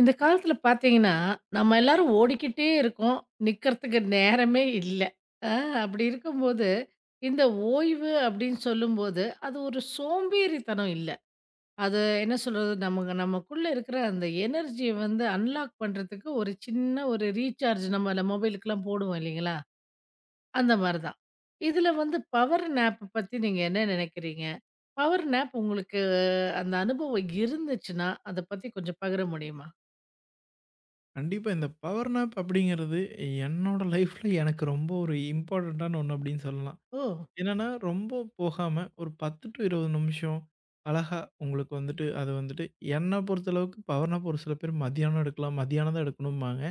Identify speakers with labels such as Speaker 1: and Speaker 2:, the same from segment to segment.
Speaker 1: இந்த காலத்துல பார்த்தீங்கன்னா, நம்ம எல்லாரும் ஓடிக்கிட்டே இருக்கோம். நிக்கிறதுக்கு நேரமே இல்ல. அ அப்படி இருக்கும்போது, இந்த ஓய்வு அப்படின்னு சொல்லும்போது, அது ஒரு சோம்பேறித்தனம் இல்ல. அது என்ன சொல்றது? நமக்கு நமக்குள்ள இருக்கிற அந்த எனர்ஜிய வந்து அன்லாக் பண்றதுக்கு ஒரு சின்ன ஒரு ரீசார்ஜ் நம்ம அந்த மொபைலுக்குலாம் போடுவோம் இல்லைங்களா? அந்த மாரி தான். இதுல வந்து பவர் நேப் பத்தி நீங்க என்ன நினைக்கிறீங்க? பவர் நேப் உங்களுக்கு அந்த அனுபவம் இருந்துச்சுன்னா, அத பத்தி கொஞ்சம் பகிர முடியுமா?
Speaker 2: கண்டிப்பா. இந்த பவர் நாப் அப்படிங்கிறது என்னோட லைஃப்ல எனக்கு ரொம்ப ஒரு இம்பார்ட்டன்ட்டான ஒண்ணு அப்படின்னு சொல்லலாம்.
Speaker 1: ஓ!
Speaker 2: என்னன்னா, ரொம்ப போகாம ஒரு 10- 20 நிமிஷம் அழகா உங்களுக்கு வந்துட்டு அது வந்துட்டு என்ன பொறுத்தளவுக்கு பவர் நாப் ஒரு சில பேர் மதியானம் எடுக்கலாம். மதியானம் தான் எடுக்கணும்பாங்க.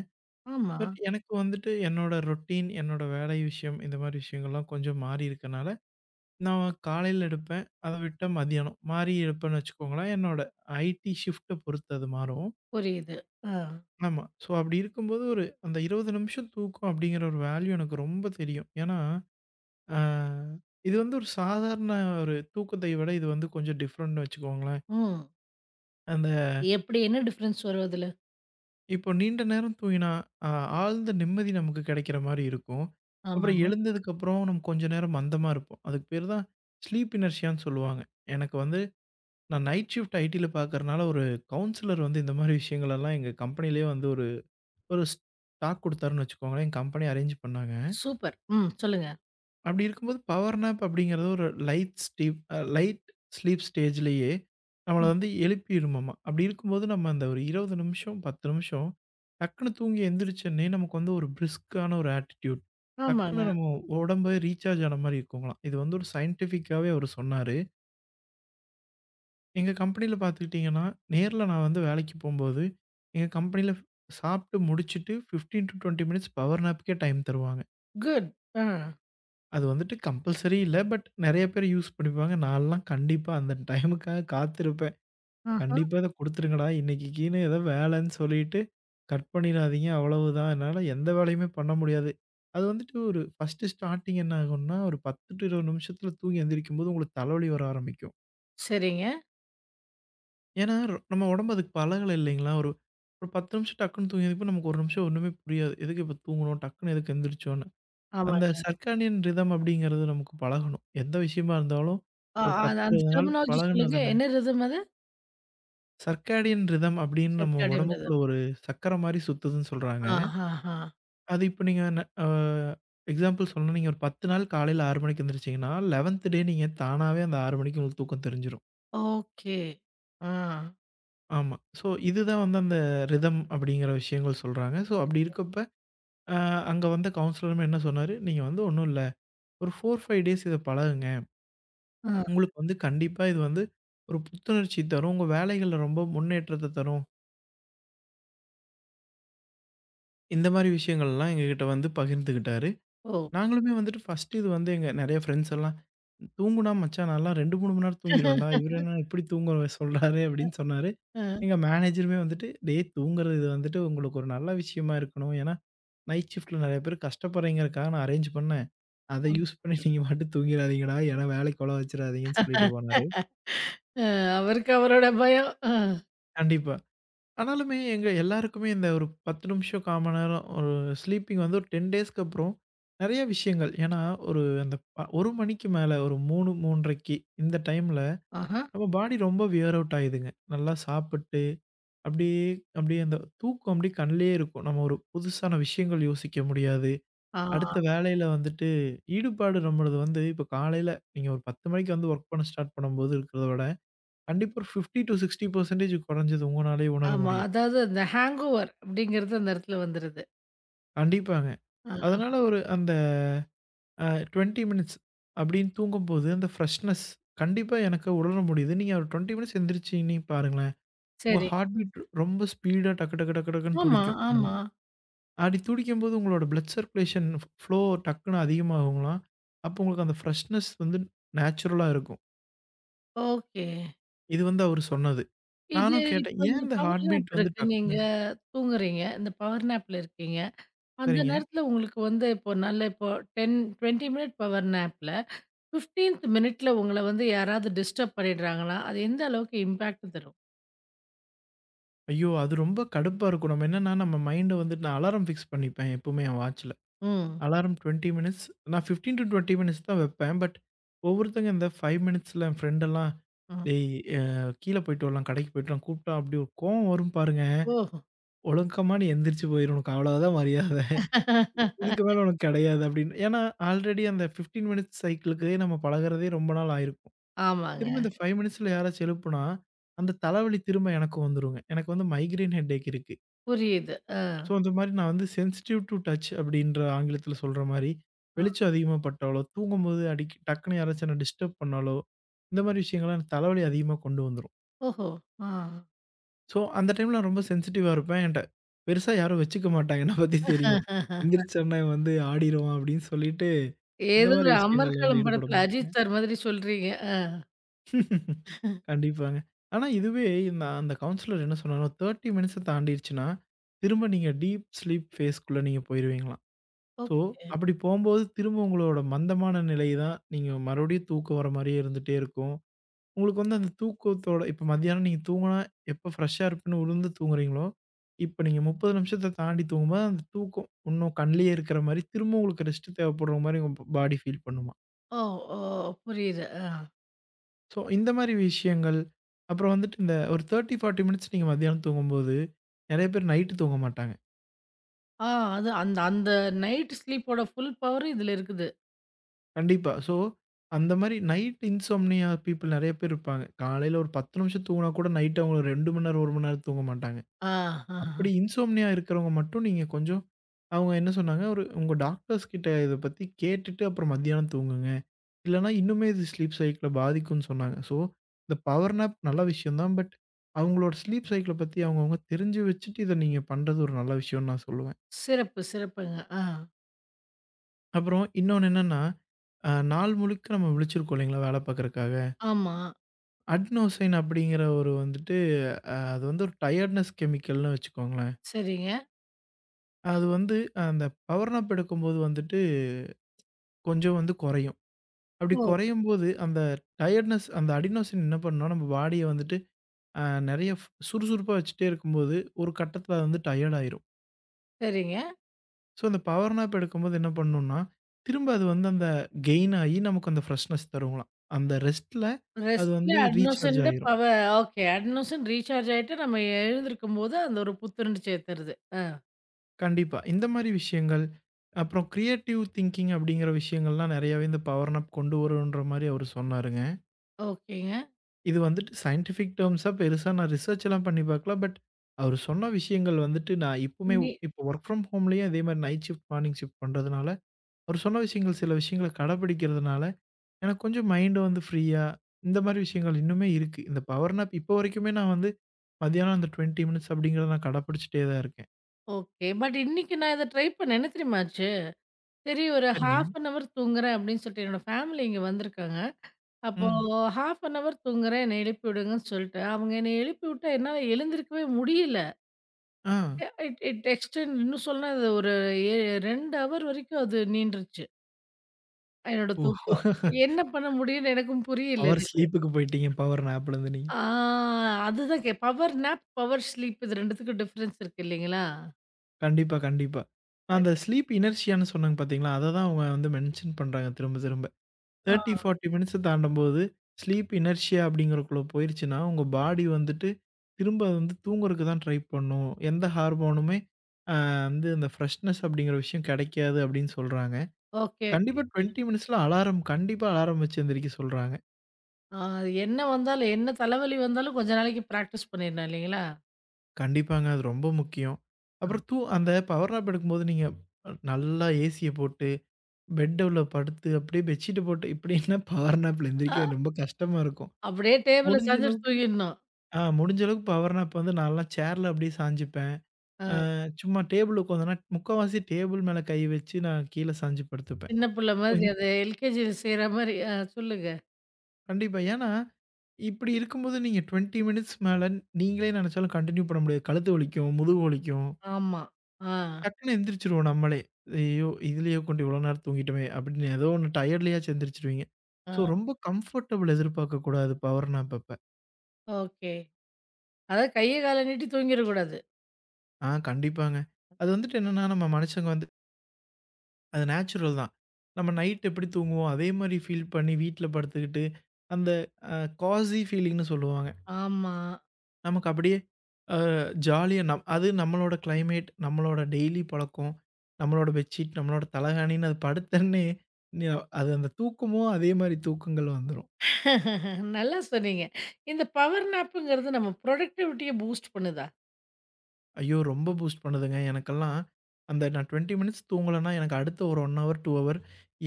Speaker 1: ஆமா.
Speaker 2: பட் எனக்கு வந்துட்டு என்னோட ரொட்டீன், என்னோட வேலை விஷயம் இந்த மாரி விஷயங்கள்லாம் கொஞ்சம் மாறி இருக்கனால, நான் காலையில எடுப்பேன். அத விட்டா மதியானம் மாறி எடுப்பேன்னு வச்சுக்கோங்களேன். என்னோட ஐடி ஷிஃப்ட்ட பொறுத்து அது மாறும்.
Speaker 1: புரியுது. ஆ.
Speaker 2: ஆமா. ஸோ அப்படி இருக்கும்போது ஒரு அந்த 20 நிமிஷம் தூக்கம் அப்படிங்கிற ஒரு வேல்யூ எனக்கு ரொம்ப தெரியும். ஏன்னா, ஆ இது வந்து ஒரு சாதாரண ஒரு தூக்கத்தை விட இது வந்து கொஞ்சம் டிஃப்ரெண்ட்ன்னு வச்சுக்கோங்களேன்.
Speaker 1: ம்.
Speaker 2: அந்த
Speaker 1: எப்படி என்ன டிஃபரன்ஸ் வரும் அதுல?
Speaker 2: இப்போ நீண்ட நேரம் தூங்கினா, அ ஆழ்ந்த நிம்மதி நமக்கு கிடைக்கிற மாரி இருக்கும். அப்புறம்
Speaker 1: ஆமாங்க.
Speaker 2: எழுந்ததுக்கப்புறம் நம்ம கொஞ்ச நேரம் மந்தமா இருப்போம். அதுக்கு பேரு தான் ஸ்லீப் இனர்ஷியான்னு சொல்லுவாங்க. எனக்கு வந்து நான் நைட் ஷிஃப்ட் ஐடில பார்க்கறனால ஒரு கவுன்சிலர் வந்து இந்த மாரி விஷயங்களெல்லாம் எங்க கம்பெனியிலேயே வந்து ஒரு ஒரு ஸ்டாக் குடுத்தாருன்னு வச்சுக்கோங்களேன். எங்க கம்பெனி அரேஞ்ச் பண்ணாங்க.
Speaker 1: சூப்பர். ம். சொல்லுங்க.
Speaker 2: அப்படி இருக்கும்போது பவர் நேப் அப்படிங்கிறது ஒரு லைட் ஸ்லீப் ஸ்டேஜ்லேயே நம்மளை
Speaker 1: ம்.
Speaker 2: வந்து எழுப்பிடுமாமா. அப்படி இருக்கும்போது நம்ம அந்த ஒரு இருபது நிமிஷம் பத்து நிமிஷம் டக்குன்னு தூங்கி எந்திரிச்சோன்னே நமக்கு வந்து ஒரு பிரிஸ்கான ஒரு ஆட்டிடியூட், டக்குன்னு
Speaker 1: ஆமாங்க.
Speaker 2: நம்ம உடம்பு ரீசார்ஜ் ஆன மாதிரி இருக்குங்களாம். இது வந்து ஒரு சயின்டிஃபிக்காகவே அவர் சொன்னார். எங்கள் கம்பெனியில் பார்த்துக்கிட்டிங்கன்னா, நேரில் நான் வந்து வேலைக்கு போகும்போது எங்கள் கம்பெனியில் சாப்பிட்டு முடிச்சுட்டு fifteen to twenty minutes power நாப்புக்கே டைம் தருவாங்க.
Speaker 1: குட். ஆ.
Speaker 2: அது வந்துட்டு கம்பல்சரி இல்ல. பட் நெறைய பேர் யூஸ் பண்ணிப்பாங்க. நான்லாம் கண்டிப்பா அந்த டைமுக்காக காத்திருப்பேன்.
Speaker 1: ஆஹா.
Speaker 2: கண்டிப்பா இத குடுத்துருங்கடா இன்னைக்குன்னு ஏதோ வேலைன்னு சொல்லிட்டு கட் பண்ணிறாதீங்க அவ்வளவுதான். என்னால எந்த வேலையுமே பண்ண முடியாது. அது வந்துட்டு ஒரு ஃபர்ஸ்ட்டு ஸ்டார்ட்டிங் என்ன ஆகும்னா, ஒரு 10 டு 20 நிமிஷத்துல தூங்கி எந்திரிக்கும்போது உங்களுக்கு தலைவலி வர ஆரம்பிக்கும்.
Speaker 1: சரிங்க.
Speaker 2: ஏன்னா நம்ம உடம்பு அதுக்கு பழகல இல்லைங்களா? ஒரு ஒரு 10 நிமிஷம் டக்குன்னு தூங்கி எந்திரிப்போம். நமக்கு 1 நிமிஷம் ஒண்ணுமே புரியாது. எதுக்கு இப்ப தூங்கணும்? டக்குன்னு எதுக்கு எந்திரிச்சோன்னு. அந்த
Speaker 1: ஆமாங்க.
Speaker 2: சர்க்கானியன் ரிதம் அப்படிங்கிறது நமக்கு பழகணும். எந்த விஷயமா இருந்தாலும் ஒரு
Speaker 1: அது
Speaker 2: 10,
Speaker 1: அந்த அந்த
Speaker 2: 20 நாள்
Speaker 1: டெர்மினாலஜி
Speaker 2: பழகுனா
Speaker 1: சொல்லுங்க.
Speaker 2: தானே.
Speaker 1: என்ன ரிதம் அது?
Speaker 2: சர்க்காடியன் ரிதம் அப்படின்னு நம்ம
Speaker 1: சிர்காடியன்
Speaker 2: உடம்புக்குள்ள
Speaker 1: ரிதம்.
Speaker 2: ஒரு சக்கர மாரி சுத்துதுன்னு சொல்றாங்க.
Speaker 1: ஆஹஹா.
Speaker 2: அது இப்ப நீங்க ந அ எக்ஸாம்பிள் சொல்லணும்னா நீங்க ஒரு 10 நாள் காலையில 6 மணிக்கு எந்திரிச்சீங்கன்னா, 11த் டே நீங்க தானாவே அந்த 6 மணிக்கு உங்களுக்கு தூக்கம் தெரிஞ்சிரும்.
Speaker 1: ஓகே. ஆ.
Speaker 2: ஆமா. ஸோ இதுதான் வந்து அந்த ரிதம் அப்படிங்கிற விஷயங்கள் சொல்றாங்க. ஸோ அப்படி இருக்கப்ப, அ அங்க வந்த கவுன்சிலருமே என்ன சொன்னாரு, "நீங்க வந்து ஒண்ணும் இல்ல. ஒரு 4, 5 டேஸ் இத பழகுங்க.
Speaker 1: ஆ.
Speaker 2: உங்களுக்கு வந்து கண்டிப்பா இது வந்து ஒரு புத்துணர்ச்சி தரும். உங்க வேலைகள்ல ரொம்ப முன்னேற்றத்த தரும்." இந்த மாரி விஷயங்கள்லாம் எங்ககிட்ட வந்து பகிர்ந்துக்கிட்டாரு.
Speaker 1: ஓ.
Speaker 2: நாங்களுமே வந்துட்டு ஃபர்ஸ்ட்டு இது வந்து எங்க நெறைய ஃப்ரெண்ட்ஸ் எல்லாம், "தூங்குனா மச்சான் நான்லாம் 2, 3 மணி நேரம் தூங்கிருவேன்டா. இவரு என்ன இப்படி தூங்க சொல்றாரு" அப்படின்னு சொன்னாரு.
Speaker 1: ஆ.
Speaker 2: எங்க மேனேஜருமே வந்துட்டு, "டேய் தூங்குறது இது வந்துட்டு உங்களுக்கு ஒரு நல்ல விஷயமா இருக்கணும். ஏன்னா நைட் ஷிஃப்ட்ல நெறைய பேர் கஷ்டப்படுறீங்கறக்காக நான் அரேஞ்ச் பண்ணேன். அத
Speaker 1: ஆம்.
Speaker 2: யூஸ் பண்ணி நீங்க பாட்டுக்கு தூங்கிராதீங்கடா. ஏன்னா வேலைக்கு உல வச்சுறாதீங்கன்னு" சொல்லிட்டு போனாரு.
Speaker 1: அ அவருக்கு அவரோட பயம். ஆ.
Speaker 2: கண்டிப்பா. ஆனாலுமே எங்க எல்லாருக்குமே இந்த ஒரு 10 நிமிஷம், 1/4 மணி நேரம் ஒரு ஸ்லீப்பிங் வந்து ஒரு 10 டேஸ்க்கு அப்புறம் நெறைய விஷயங்கள். ஏன்னா, ஒரு அந்த 1 மணிக்கு மேல ஒரு 3, 3:30 இந்த டைம்ல
Speaker 1: ஆஹா.
Speaker 2: நம்ம பாடி ரொம்ப வியர் அவுட் ஆயிதுங்க. நல்லா சாப்பிட்டு அப்படியே அப்படியே அந்த தூக்கம் அப்படியே கண்லயே இருக்கும். நம்ம ஒரு புதுசான விஷயங்கள் யோசிக்க முடியாது.
Speaker 1: ஆ.
Speaker 2: அடுத்த வேலையில வந்துட்டு ஈடுபாடு நம்மளது வந்து இப்ப காலையில நீங்க ஒரு 10 மணிக்கு வந்து ஒர்க் பண்ண ஸ்டார்ட் பண்ணும்போது இருக்கிறத விட, கண்டிப்பா ஒரு 50 டூ 60% குறைஞ்சது உங்கனாலயே உணர
Speaker 1: ஆமா.
Speaker 2: முடியும்.
Speaker 1: அதாவது அந்த ஹேங்கோவர் அப்படிங்கிறது அந்த இடத்துல வந்துருது.
Speaker 2: கண்டிப்பாங்க.
Speaker 1: ஆ.
Speaker 2: அதனால ஒரு அந்த அ 20 மினிட்ஸ் அப்படின்னு தூங்கும்போது, அந்த ஃப்ரெஷ்னஸ் கண்டிப்பா எனக்கு உணர முடியுது. நீங்க ஒரு 20 மினிட்ஸ் எந்திரிச்சீங்கன்னு பாருங்களேன், உங்க
Speaker 1: சரி.
Speaker 2: ஹார்ட் பீட் ரொம்ப ஸ்பீடா டக்கு டக்கு டக்கு டக்குன்னு
Speaker 1: ஆமா,
Speaker 2: துடிக்கும். ம்.
Speaker 1: ஆமா.
Speaker 2: அப்படி துடிக்கும்போது உங்களோட பிளட் சர்க்குலேஷன் ஃப்ளோ டக்குன்னு அதிகமாகுங்களாம். அப்போ உங்களுக்கு அந்த ஃப்ரெஷ்னஸ் வந்து நேச்சுரலா இருக்கும்.
Speaker 1: ஓகே.
Speaker 2: இது வந்து அவரு சொன்னது.
Speaker 1: இது
Speaker 2: நானும் கேட்டேன்,
Speaker 1: இப்ப
Speaker 2: "ஏன்
Speaker 1: இந்த
Speaker 2: இந்த
Speaker 1: பவர்
Speaker 2: ஹார்ட்
Speaker 1: நேப்
Speaker 2: பீட் வந்து
Speaker 1: இருக்கு. நீங்க
Speaker 2: டக்குன்னு".
Speaker 1: தூங்குறீங்க. இந்த பவர் நேப்ல இருக்கீங்க. அந்த
Speaker 2: சரிங்க.
Speaker 1: நேரத்துல உங்களுக்கு வந்து இப்போ நல்ல இப்போ 10, 20 மினிட் பவர் நேப்ல 15த் மினிட்ல உங்கள வந்து யாராவது டிஸ்டர்ப் பண்ணிடுறாங்கன்னா, அது எந்த அளவுக்கு இம்பாக்ட் தரும்?
Speaker 2: ஐயோ! அது ரொம்ப கடுப்பா இருக்கும். நம்ம என்னன்னா நம்ம மைண்ட வந்துட்டு நான் அலாரம் ஃபிக்ஸ் பண்ணிப்பேன் எப்பவுமே என் வாட்ச்ல.
Speaker 1: ம்.
Speaker 2: Alarm 20 minutes. நான் 15-20 மினிட்ஸ் தான் வைப்பேன். பட் ஒவ்வொருத்தங்க இந்த 5 மினிட்ஸ்ல என் ஃப்ரெண்டெல்லாம்,
Speaker 1: ம்.
Speaker 2: "டேய் அ கீழ போயிட்டு வரலாம், கடைக்கு போயிட்டு வரலாம்" கூப்பிட்டா அப்படி ஒரு கோவம் வரும் பாருங்க.
Speaker 1: ஓஹோ!
Speaker 2: "ஒழுக்கமா நீ எந்திரிச்சு போயிரு. உனக்கு அவ்வளோதான் மரியாத. இதுக்கு மேல உனக்கு கிடையாது" அப்படின்னு. ஏன்னா ஆல்ரெடி அந்த 15 மினிட்ஸ் சைக்கிளுக்கு நம்ம பழகுறதே ரொம்ப நாள் ஆயிருக்கும்.
Speaker 1: ஆமாங்க.
Speaker 2: திரும்ப இந்த 5 மினிட்ஸ்ல யாராச்சும் எழுப்புனா, அந்த தலைவலி திரும்ப எனக்கும் வந்துருங்க. எனக்கு வந்து மைக்ரேன் ஹெட்டேக் இருக்கு.
Speaker 1: புரியுது. அ.
Speaker 2: ஸோ, அந்த மாரி நான் வந்து சென்சிட்டிவ் டூ டச் அப்படின்ற ஆங்கிலத்தில சொல்ற மாரி,
Speaker 1: அ.
Speaker 2: வெளிச்சம் அதிகமா பட்டாலோ, தூங்கும்போது அடிக்கி டக்குனு யாராச்சும் என்ன டிஸ்டர்ப் பண்ணாலோ, இந்த மாரி விஷயங்கள்லாம் எனக்கு தலைவலி அதிகமா கொண்டு வந்துரும்.
Speaker 1: ஓஹோ! ஆ.
Speaker 2: ஸோ, அந்த டைம்ல நான் ரொம்ப சென்சிட்டிவா இருப்பேன். என்ட்ட பெருசா யாரும் வச்சுக்க மாட்டாங்க. என்ன பத்தி தெரியும். எந்திரிச்சோனே இவன் வந்து ஆடிருவான் அப்படின்னு சொல்லிட்டு, இந்த
Speaker 1: ஏதோ
Speaker 2: மாரி
Speaker 1: ஒரு
Speaker 2: விஷயங்கள்ல வந்து
Speaker 1: அமர்க்களம்
Speaker 2: ஈடுபட
Speaker 1: படத்துல
Speaker 2: மாட்டாங்க.
Speaker 1: அஜித் சார் மாதிரி சொல்றீங்க. அ.
Speaker 2: கண்டிப்பாங்க. ஆனா இதுவே நான் அந்த கவுன்சிலர் என்ன சொன்னாருன்னா, 30 மினிட்ஸ தாண்டிடுச்சுன்னா, திரும்ப நீங்க டீப் ஸ்லீப் ஃபேஸ் க்குள்ள நீங்க போயிருவீங்களாம்.
Speaker 1: ஓ!
Speaker 2: ஸோ, அப்படி போம்போது திரும்ப உங்களோட மந்தமான நிலை தான் நீங்க மறுபடியும் தூக்கம் வர மாரியே இருந்துட்டே இருக்கும். உங்களுக்கு வந்து அந்த தூக்கத்தோட இப்ப மத்தியானம் நீங்க தூங்குனா எப்ப ஃப்ரெஷ்ஷா இருப்பேன்னு உளுந்து தூங்குறீங்களோ, இப்ப நீங்க 30 நிமிஷத்த தாண்டி தூங்கும்போது அந்த தூக்கம் இன்னும் கண்லயே இருக்கிற மாரி திரும்ப உங்களுக்கு ரெஸ்ட் தேவைப்படுற மாரி உங்க பாடி ஃபீல் பண்ணுமா?
Speaker 1: ஓ! ஓ! புரியுது. ஆ.
Speaker 2: ஸோ, இந்த மாரி விஷயங்கள். அப்புறம் வந்துட்டு இந்த ஒரு 30, 40 மினிட்ஸ் நீங்க மத்தியானம் தூங்கும்போது, நெறைய பேர் நைட்டு தூங்க மாட்டாங்க.
Speaker 1: ஆ. அது அந்த அந்த நைட் ஸ்லீப்போட ஃபுல் பவர் இதுல இருக்குது.
Speaker 2: கண்டிப்பா. ஸோ, அந்த மாரி நைட் இன்சோம்னியா பீப்பிள் நெறைய பேர் இருப்பாங்க. காலையில ஒரு 10 நிமிஷம் தூங்குனா கூட நைட் அவங்க 2 மணி நேரம், 1 மணி நேரம் தூங்க மாட்டாங்க.
Speaker 1: ஆ, ஆஹா.
Speaker 2: அப்படி இன்சோம்னியா இருக்கிறவங்க மட்டும் நீங்க கொஞ்சம் அவங்க என்ன சொன்னாங்க, ஒரு உங்க டாக்டர்ஸ் கிட்ட இத பத்தி கேட்டுட்டு அப்புறம் மத்தியானம் தூங்குங்க. இல்லன்னா இன்னுமே இது ஸ்லீப் சைக்கிள பாதிக்கும்னு சொன்னாங்க. ஸோ, இந்த பவர் நேப் நல்ல விஷயம் தான். பட் அவங்களோட ஸ்லீப் சைக்கிள பத்தி அவங்கவங்க தெரிஞ்சு வச்சுட்டு இத நீங்க பண்றது ஒரு நல்ல விஷயம்னு நான் சொல்லுவேன்.
Speaker 1: சிறப்பு, சிறப்புங்க. ஆ.
Speaker 2: அப்புறம் இன்னொன்னு என்னன்னா, நாள் முழுக்க நம்ம விழிச்சிருக்கோம் இல்லைங்களா வேலை பார்க்கறக்காக.
Speaker 1: ஆமா.
Speaker 2: அட்னோசைன் அப்படிங்கிற ஒரு வந்துட்டு, அது வந்து ஒரு டயர்ட்னஸ் கெமிக்கல்னு வச்சுக்கோங்களேன்.
Speaker 1: சரிங்க.
Speaker 2: அது வந்து அந்த பவர் நாப் எடுக்கும்போது வந்துட்டு கொஞ்சம் வந்து குறையும். அப்படி
Speaker 1: ஓ!
Speaker 2: குறையும்போது அந்த டயர்ட்னஸ் அந்த அடினோசின் என்ன பண்ணும்னா, நம்ம பாடிய வந்துட்டு அ நெறைய சுறுசுறுப்பா வச்சுட்டே இருக்கும்போது, ஒரு கட்டத்தில அது வந்து டயர்ட் ஆயிரும்.
Speaker 1: சரிங்க.
Speaker 2: ஸோ அந்த பவர் நாப் எடுக்கும்போது என்ன பண்ணும்னா, திரும்ப அது வந்து அந்த கெயின் ஆயி நமக்கு அந்த ஃப்ரெஷ்னஸ் தருங்களாம். அந்த ரெஸ்ட்ல அது
Speaker 1: ரெஸ்ட்ல
Speaker 2: வந்து ரீசார்ஜ்
Speaker 1: அட்னோசின்ட
Speaker 2: ஆயிரும்.
Speaker 1: பவ. ஓகே. அட்னோசின் ரீசார்ஜ் ஆயிட்டு நம்ம எழுந்திருக்கும்போது, அந்த ஒரு புத்துணர்ச்சி ஏத்துறது. ஆ.
Speaker 2: கண்டிப்பா. இந்த மாரி விஷயங்கள், அப்புறம் கிரியேட்டிவ் திங்கிங் அப்படிங்கிற விஷயங்கள்லாம் நெறையாவே இந்த பவர் நாப் கொண்டு வருன்ற மாரி அவரு சொன்னாருங்க.
Speaker 1: ஓகேங்க.
Speaker 2: இது வந்துட்டு சயின்டிஃபிக் டெர்ம்ஸா பெருசா நான் ரிசர்ச்லாம் பண்ணி பார்க்கல. பட் அவரு சொன்ன விஷயங்கள் வந்துட்டு நான் இப்பவுமே
Speaker 1: நீ
Speaker 2: இப்போ வொர்க் ஃப்ரம் ஹோம்லயே அதே மாரி நைட் ஷிஃப்ட், மார்னிங் ஷிஃப்ட் பண்றதுனால, அவரு சொன்ன விஷயங்கள் சில விஷயங்கள கடைபிடிக்கிறதுனால, எனக்கு கொஞ்சம் மைண்ட் வந்து ஃப்ரீயா இந்த மாரி விஷயங்கள் இன்னுமே இருக்கு. இந்த பவர் நாப் இப்போ வரைக்குமே நான் வந்து மதியானம் அந்த 20 மினிட்ஸ் அப்படிங்கிறத நான் கடைபிடிச்சுட்டே தான் இருக்கேன்.
Speaker 1: ஓகே. பட் இன்னைக்கு நான் இத ட்ரை பண்ணேன். என்ன தெரியுமா ஆச்சு? சரி ஒரு
Speaker 2: சரிங்க.
Speaker 1: 1/2 அன் ஹவர் தூங்குறேன் அப்படின்னு சொல்லிட்டு என்னோட ஃபேமிலி இங்க வந்திருக்காங்க. அப்போ
Speaker 2: ம்.
Speaker 1: 1/2 அன் ஹவர் தூங்குறேன். என்ன எழுப்பி விடுங்கன்னு சொல்லிட்டு, அவங்க என்னை எழுப்பி விட்டா என்னால எழுந்திருக்கவே முடியல.
Speaker 2: ஆ.
Speaker 1: இட் இட் எக்ஸ்டெண்ட் இன்னும் சொன்னா அது ஒரு ஏ 2 ஹவர் வரைக்கும் அது நீண்டுருச்சு. என்னோட
Speaker 2: ஓ!
Speaker 1: தூக்கம். என்ன பண்ண முடியும்னு எனக்கும் புரியல
Speaker 2: பவர்
Speaker 1: எனக்கு.
Speaker 2: ஸ்லீப்புக்கு போயிட்டீங்க. பவர் நேப்லருந்து நீங்க.
Speaker 1: ஆ. அதுதான் கே பவர் நேப், பவர் ஸ்லீப் இது 2த்துக்கும் டிஃபரன்ஸ் இருக்கு இல்லைங்களா?
Speaker 2: கண்டிப்பா, கண்டிப்பா. அந்த ஸ்லீப் இனர்ஷியான்னு சொன்னாங்க பார்த்தீங்களா? அத தான் அவங்க வந்து மென்ஷன் பண்றாங்க திரும்ப திரும்ப.
Speaker 1: ஆ.
Speaker 2: 30, 40 மினிட்ஸ தாண்டும்போது ஸ்லீப் இனர்ஷியா அப்படிங்கிறக்குள்ள போயிருச்சுன்னா, உங்க பாடி வந்துட்டு திரும்ப அது வந்து தூங்குறக்கு தான் ட்ரை பண்ணும். எந்த ஹார்மோனுமே அ வந்து அந்த ஃப்ரெஷ்னஸ் அப்படிங்கிற விஷயம் கிடைக்காது அப்படின்னு சொல்றாங்க.
Speaker 1: ஓகே, ஓகே,
Speaker 2: கண்டிப்பா
Speaker 1: ஓகே.
Speaker 2: 20 மினிட்ஸ்ல அலாரம் கண்டிப்பா அலாரம் வச்சு எந்திரிக்க சொல்றாங்க.
Speaker 1: ஆ அது என்ன வந்தாலும் என்ன தலைவலி வந்தாலும் கொஞ்ச நாளைக்கு பிராக்டிஸ் பண்ணிடணும் இல்லைங்களா?
Speaker 2: கண்டிப்பாங்க. அது ரொம்ப முக்கியம். அப்புறம் அந்த பவர் நேப் எடுக்கும்போது நீங்க நல்லா ஏசிய போட்டு பெட் உள்ள படுத்து அப்படியே பெட்ஷீட் போட்டு இப்படின்னா பவர் நாப்ல
Speaker 1: ஆ
Speaker 2: எந்திரிக்க ரொம்ப கஷ்டமா இருக்கும்.
Speaker 1: அப்படியே டேபிள்ல
Speaker 2: முடிஞ்ச
Speaker 1: சாஞ்சுட்டு
Speaker 2: அளவுக்கு
Speaker 1: தூங்கிடணும்.
Speaker 2: முடிஞ்ச அளவுக்கு பவர் நாப் வந்து நான்லாம் சேர்ல அப்படியே சாஞ்சுப்பேன்.
Speaker 1: ஆ
Speaker 2: அ சும்மா டேபிள் உட்காந்தோம்னா முக்காவாசி டேபிள் மேல கை வச்சு நான் கீழ சாஞ்சு படுத்துப்பேன்.
Speaker 1: சின்ன பிள்ளை
Speaker 2: ஸோ
Speaker 1: மாதிரி அது எல்கேஜியில செய்ற மாரி. ஆ சொல்லுங்க.
Speaker 2: கண்டிப்பா. ஏன்னா, இப்படி இருக்கும்போது நீங்க 20 மினிட்ஸ் மேல நீங்களே நினைச்சாலும் கன்டின்யூ பண்ண முடியாது. கழுத்து வலிக்கும், முதுகு வலிக்கும்.
Speaker 1: ஆமா. ஆ,
Speaker 2: டக்குன்னு எந்திரிச்சுருவோம் நம்மளே. ஐயோ! இதுலயே கொண்டு இவ்வளோ நேரம் தூங்கிட்டோமே அப்படின்னு ஏதோ ஒண்ணு டயர்ட்லயாச்சும் எந்திரிச்சுருவீங்க. ஸோ
Speaker 1: ஆ.
Speaker 2: ரொம்ப கம்ஃபர்டபுள் எதிர்பார்க்கக்கூடாது பவர் நாப் அப்ப.
Speaker 1: ஓகே. அதாவது கைய கால நீட்டி தூங்கிறக்கூடாது.
Speaker 2: ஆ கண்டிப்பாங்க. அது வந்துட்டு என்னன்னா, நம்ம மனுஷங்க வந்து அது நேச்சுரல் தான். நம்ம நைட் எப்படி தூங்குவோம், அதே மாரி ஃபீல் பண்ணி வீட்ல படுத்துக்கிட்டு, அந்த அ காஸி ஃபீலிங்ன்னு சொல்லுவாங்க.
Speaker 1: ஆமா.
Speaker 2: நமக்கு அப்படியே அ ஜாலியா அது நம்மளோட கிளைமேட், நம்மளோட டெய்லி பழக்கம், நம்மளோட பெட்ஷீட், நம்மளோட தலகாணின்னு அது படுத்தோன்னே, நி அது அந்த தூக்கமும் அதே மாரி தூக்கங்கள் வந்துரும்.
Speaker 1: நல்லா சொன்னீங்க. இந்த பவர் நேப்புங்கிறது நம்ம புரொடக்டிவிட்டிய பூஸ்ட் பண்ணுதா?
Speaker 2: ஐயோ! ரொம்ப பூஸ்ட் பண்ணுதுங்க. எனக்கெல்லாம் அந்த நான் 20 மினிட்ஸ் தூங்கலன்னா, எனக்கு அடுத்த ஒரு 1 ஹவர், 2 ஹவர்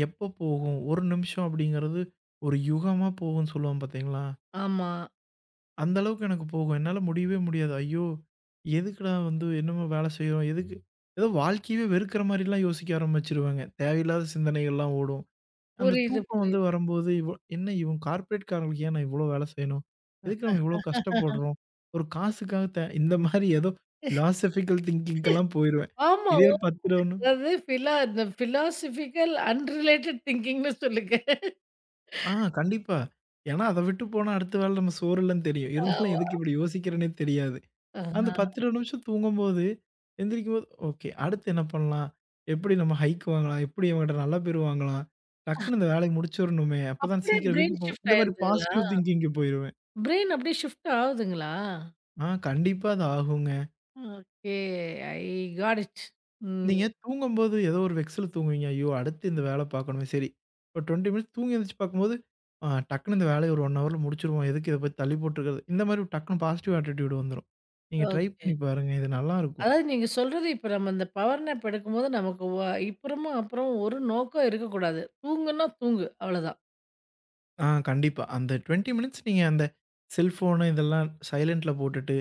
Speaker 2: எப்போ போகும்? 1 நிமிஷம் அப்படிங்கிறது ஒரு யுகமா போகும்ன்னு சொல்லுவோம் பார்த்தீங்களா?
Speaker 1: ஆமா.
Speaker 2: அந்த அளவுக்கு எனக்கு போகும். என்னால முடியவே முடியாது. ஐயோ! எதுக்குடா வந்து என்னமோ வேலை செய்றோம்? எதுக்கு? ஏதோ வாழ்க்கையவே வெறுக்கிற மாரிலாம் யோசிக்க ஆரம்பிச்சுருவேங்க. தேவையில்லாத சிந்தனைகள்லாம் ஓடும். அந்த
Speaker 1: புரியுது,
Speaker 2: தூக்கம் வந்து
Speaker 1: புரியுது.
Speaker 2: வரும்போது, இவ என்ன இவன் கார்ப்பரேட் காரங்களுக்கு ஏன் நான் இவ்ளோ வேலை செய்யணும்? எதுக்கு நம்ம இவ்ளோ கஷ்டப்படுறோம்? ஒரு காசுக்காக இந்த மாரி ஏதோ பிலாசபிக்கல் திங்கிங்க்கெல்லாம் போயிருவேன்.
Speaker 1: ஆமா.
Speaker 2: இதே
Speaker 1: ஓ.
Speaker 2: ஒரு 10, 11.
Speaker 1: அதாவது இந்த பிலாசபிக்கல் அன்ரிலேட்டட் திங்கிங்ன்னு சொல்லுங்க.
Speaker 2: ஆ கண்டிப்பா. ஏன்னா அத விட்டு போனா அடுத்த வேள நம்ம சோறு இல்லன்னு தெரியும். இருந்தாலும்
Speaker 1: ஆமா.
Speaker 2: எதுக்கு இப்படி யோசிக்கிறேன்னே தெரியாது. அந்த
Speaker 1: ஆஹா.
Speaker 2: 10, 11 நிமிஷம் தூங்கும்போது, எந்திரிக்கும்போது, ஓகே அடுத்து என்ன பண்ணலாம்? எப்படி நம்ம ஹைக் வாங்கலாம்? எப்படி இவன்கிட்ட நல்ல பேர் வாங்கலாம்? டக்குனு இந்த வேலைய முடிச்சுரணுமே! அப்பதான்
Speaker 1: அப்படியே
Speaker 2: சீக்கிரம்
Speaker 1: பிரெயின்
Speaker 2: வீட்டுக்கு போ
Speaker 1: ஷிஃப்ட்
Speaker 2: இந்த மாரி
Speaker 1: ஆயிருதுங்களா?
Speaker 2: பாசிட்டிவ் திங்கிங்க்கு போயிருவேன்.
Speaker 1: பிரெயின் அப்படியே ஷிஃப்ட் ஆகுதுங்களா?
Speaker 2: ஆ கண்டிப்பா அது ஆகுங்க.
Speaker 1: ஓகே. I got it. ம்.
Speaker 2: நீங்க தூங்கும்போது ஏதோ ஒரு வெக்ஸ்ல தூங்குவீங்க. ஐயோ! அடுத்து இந்த வேல பார்க்கணுமே சரி. ஒரு 20 மினிட்ஸ் தூங்கி எந்திரிச்சு பார்க்கும்போது, டக்குனு இந்த வேலைய ஒரு 1 ஹவர்ல முடிச்சுருவோம். எதுக்கு இத போய் தள்ளி போட்டுருக்கிறது? இந்த மாரி டக்குனு பாசிட்டிவ் ஆட்டிட்யூட் வந்துரும். நீங்க ட்ரை
Speaker 1: ஓகே.
Speaker 2: பண்ணி பாருங்க. இது நல்லாருக்கும்.
Speaker 1: அதாவது நீங்க சொல்றது இப்ப நம்ம இந்த பவர் நேப் எடுக்கும்போது நமக்கு இப்புறமும் அப்புறம் ஒரு நோக்கம் இருக்கக்கூடாது. தூங்குன்னா தூங்கு அவ்வளதான்.
Speaker 2: ஆ கண்டிப்பா. அந்த 20 மினிட்ஸ் நீங்க அந்த செல்ஃபோனு இதெல்லாம் சைலன்ட்ல போட்டுட்டு,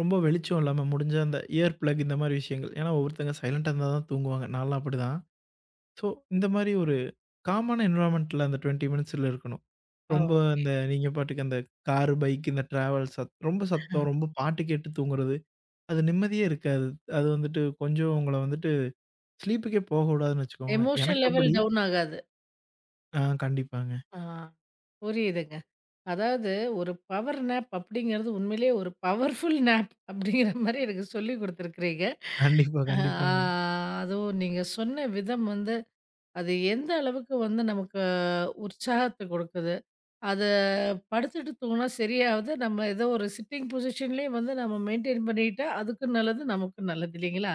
Speaker 2: ரொம்ப வெளிச்சம் இல்லாம முடிஞ்சா அந்த இயர் பிளக் இந்த மாரி விஷயங்கள். ஏன்னா ஒவ்வொருத்தங்க சைலன்ட்டா இருந்தா தான் தூங்குவாங்க. நான்லாம் அப்படிதான். ஸோ இந்த மாரி ஒரு காமான என்விரான்மென்ட்ல அந்த 20 மினிட்ஸ்ல இருக்கணும்.
Speaker 1: ஓ!
Speaker 2: ரொம்ப இந்த நீங்க பாட்டுக்கு அந்த கார், பைக் இந்த டிராவல் சத் ரொம்ப சத்தம்,
Speaker 1: ம்.
Speaker 2: ரொம்ப பாட்டு கேட்டு தூங்குறது, அது நிம்மதியே இருக்காது. அது வந்துட்டு கொஞ்சம் உங்கள வந்துட்டு ஸ்லீப்புக்கே போக விடாதுன்னு வச்சுக்கோங்களேன்.
Speaker 1: எமோஷனல்
Speaker 2: எனக்கு
Speaker 1: லெவல்
Speaker 2: அப்படி.
Speaker 1: டவுன் ஆகாது.
Speaker 2: ஆ கண்டிப்பாங்க.
Speaker 1: ஆ. புரியுதுங்க. அதாவது ஒரு பவர் நேப் அப்படிங்கிறது உண்மையிலேயே ஒரு பவர்ஃபுல் நேப் அப்படிங்கிற மாரி எனக்கு சொல்லிக் குடுத்துருக்கிறீங்க.
Speaker 2: கண்டிப்பா,
Speaker 1: ஆ
Speaker 2: கண்டிப்பாங்க.
Speaker 1: அதுவும் நீங்க சொன்ன விதம் வந்து, அது எந்த அளவுக்கு வந்து நமக்கு உற்சாகத்த குடுக்குது. அத படுத்துட்டு தூங்குனா சரியாவது. நம்ம ஏதோ ஒரு சிட்டிங் பொசிஷன்லயே வந்து நம்ம மெயின்டெயின் பண்ணிக்கிட்டா, அதுக்கும் நல்லது, நமக்கும் நல்லது இல்லைங்களா?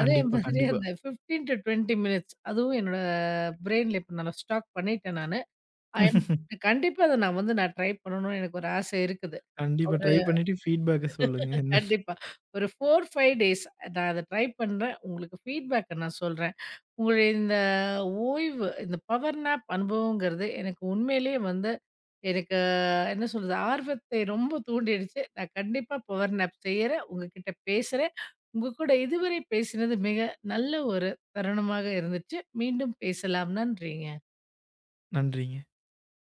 Speaker 1: அதே
Speaker 2: கண்டிப்பா,
Speaker 1: மாதிரி
Speaker 2: கண்டிப்பா.
Speaker 1: அந்த 15 டூ 20 மினிட்ஸ் அதுவும் என்னோட பிரெயின்ல இப்ப நான் ஸ்டாக் பண்ணிட்டேன் நானு. அண்ட் கண்டிப்பா அத நான் ட்ரை பண்ணணும்னு எனக்கு ஒரு ஆசை இருக்குது.
Speaker 2: கண்டிப்பா
Speaker 1: ஒரு
Speaker 2: ட்ரை பண்ணிட்டு ஃபீட்பேக்க சொல்லுங்க. என்னன்னு.
Speaker 1: கண்டிப்பா. ஒரு 4, 5 டேஸ் நான் அத ட்ரை பண்றேன். உங்களுக்கு ஃபீட்பேக்க நான் சொல்றேன். உங்களுடைய இந்த ஓய்வு, இந்த பவர் நேப் அனுபவங்கிறது எனக்கு உண்மையிலேயே வந்து எனக்கு என்ன சொல்றது? ஆர்வத்தை ரொம்ப தூண்டிடுச்சு. நான் கண்டிப்பா பவர் நேப் செய்யறேன். உங்ககிட்ட பேசுறேன். உங்க கூட இதுவரை பேசினது மிக நல்ல ஒரு தருணமாக இருந்துச்சு. மீண்டும் பேசலாம். நன்றிங்க.
Speaker 2: நன்றிங்க.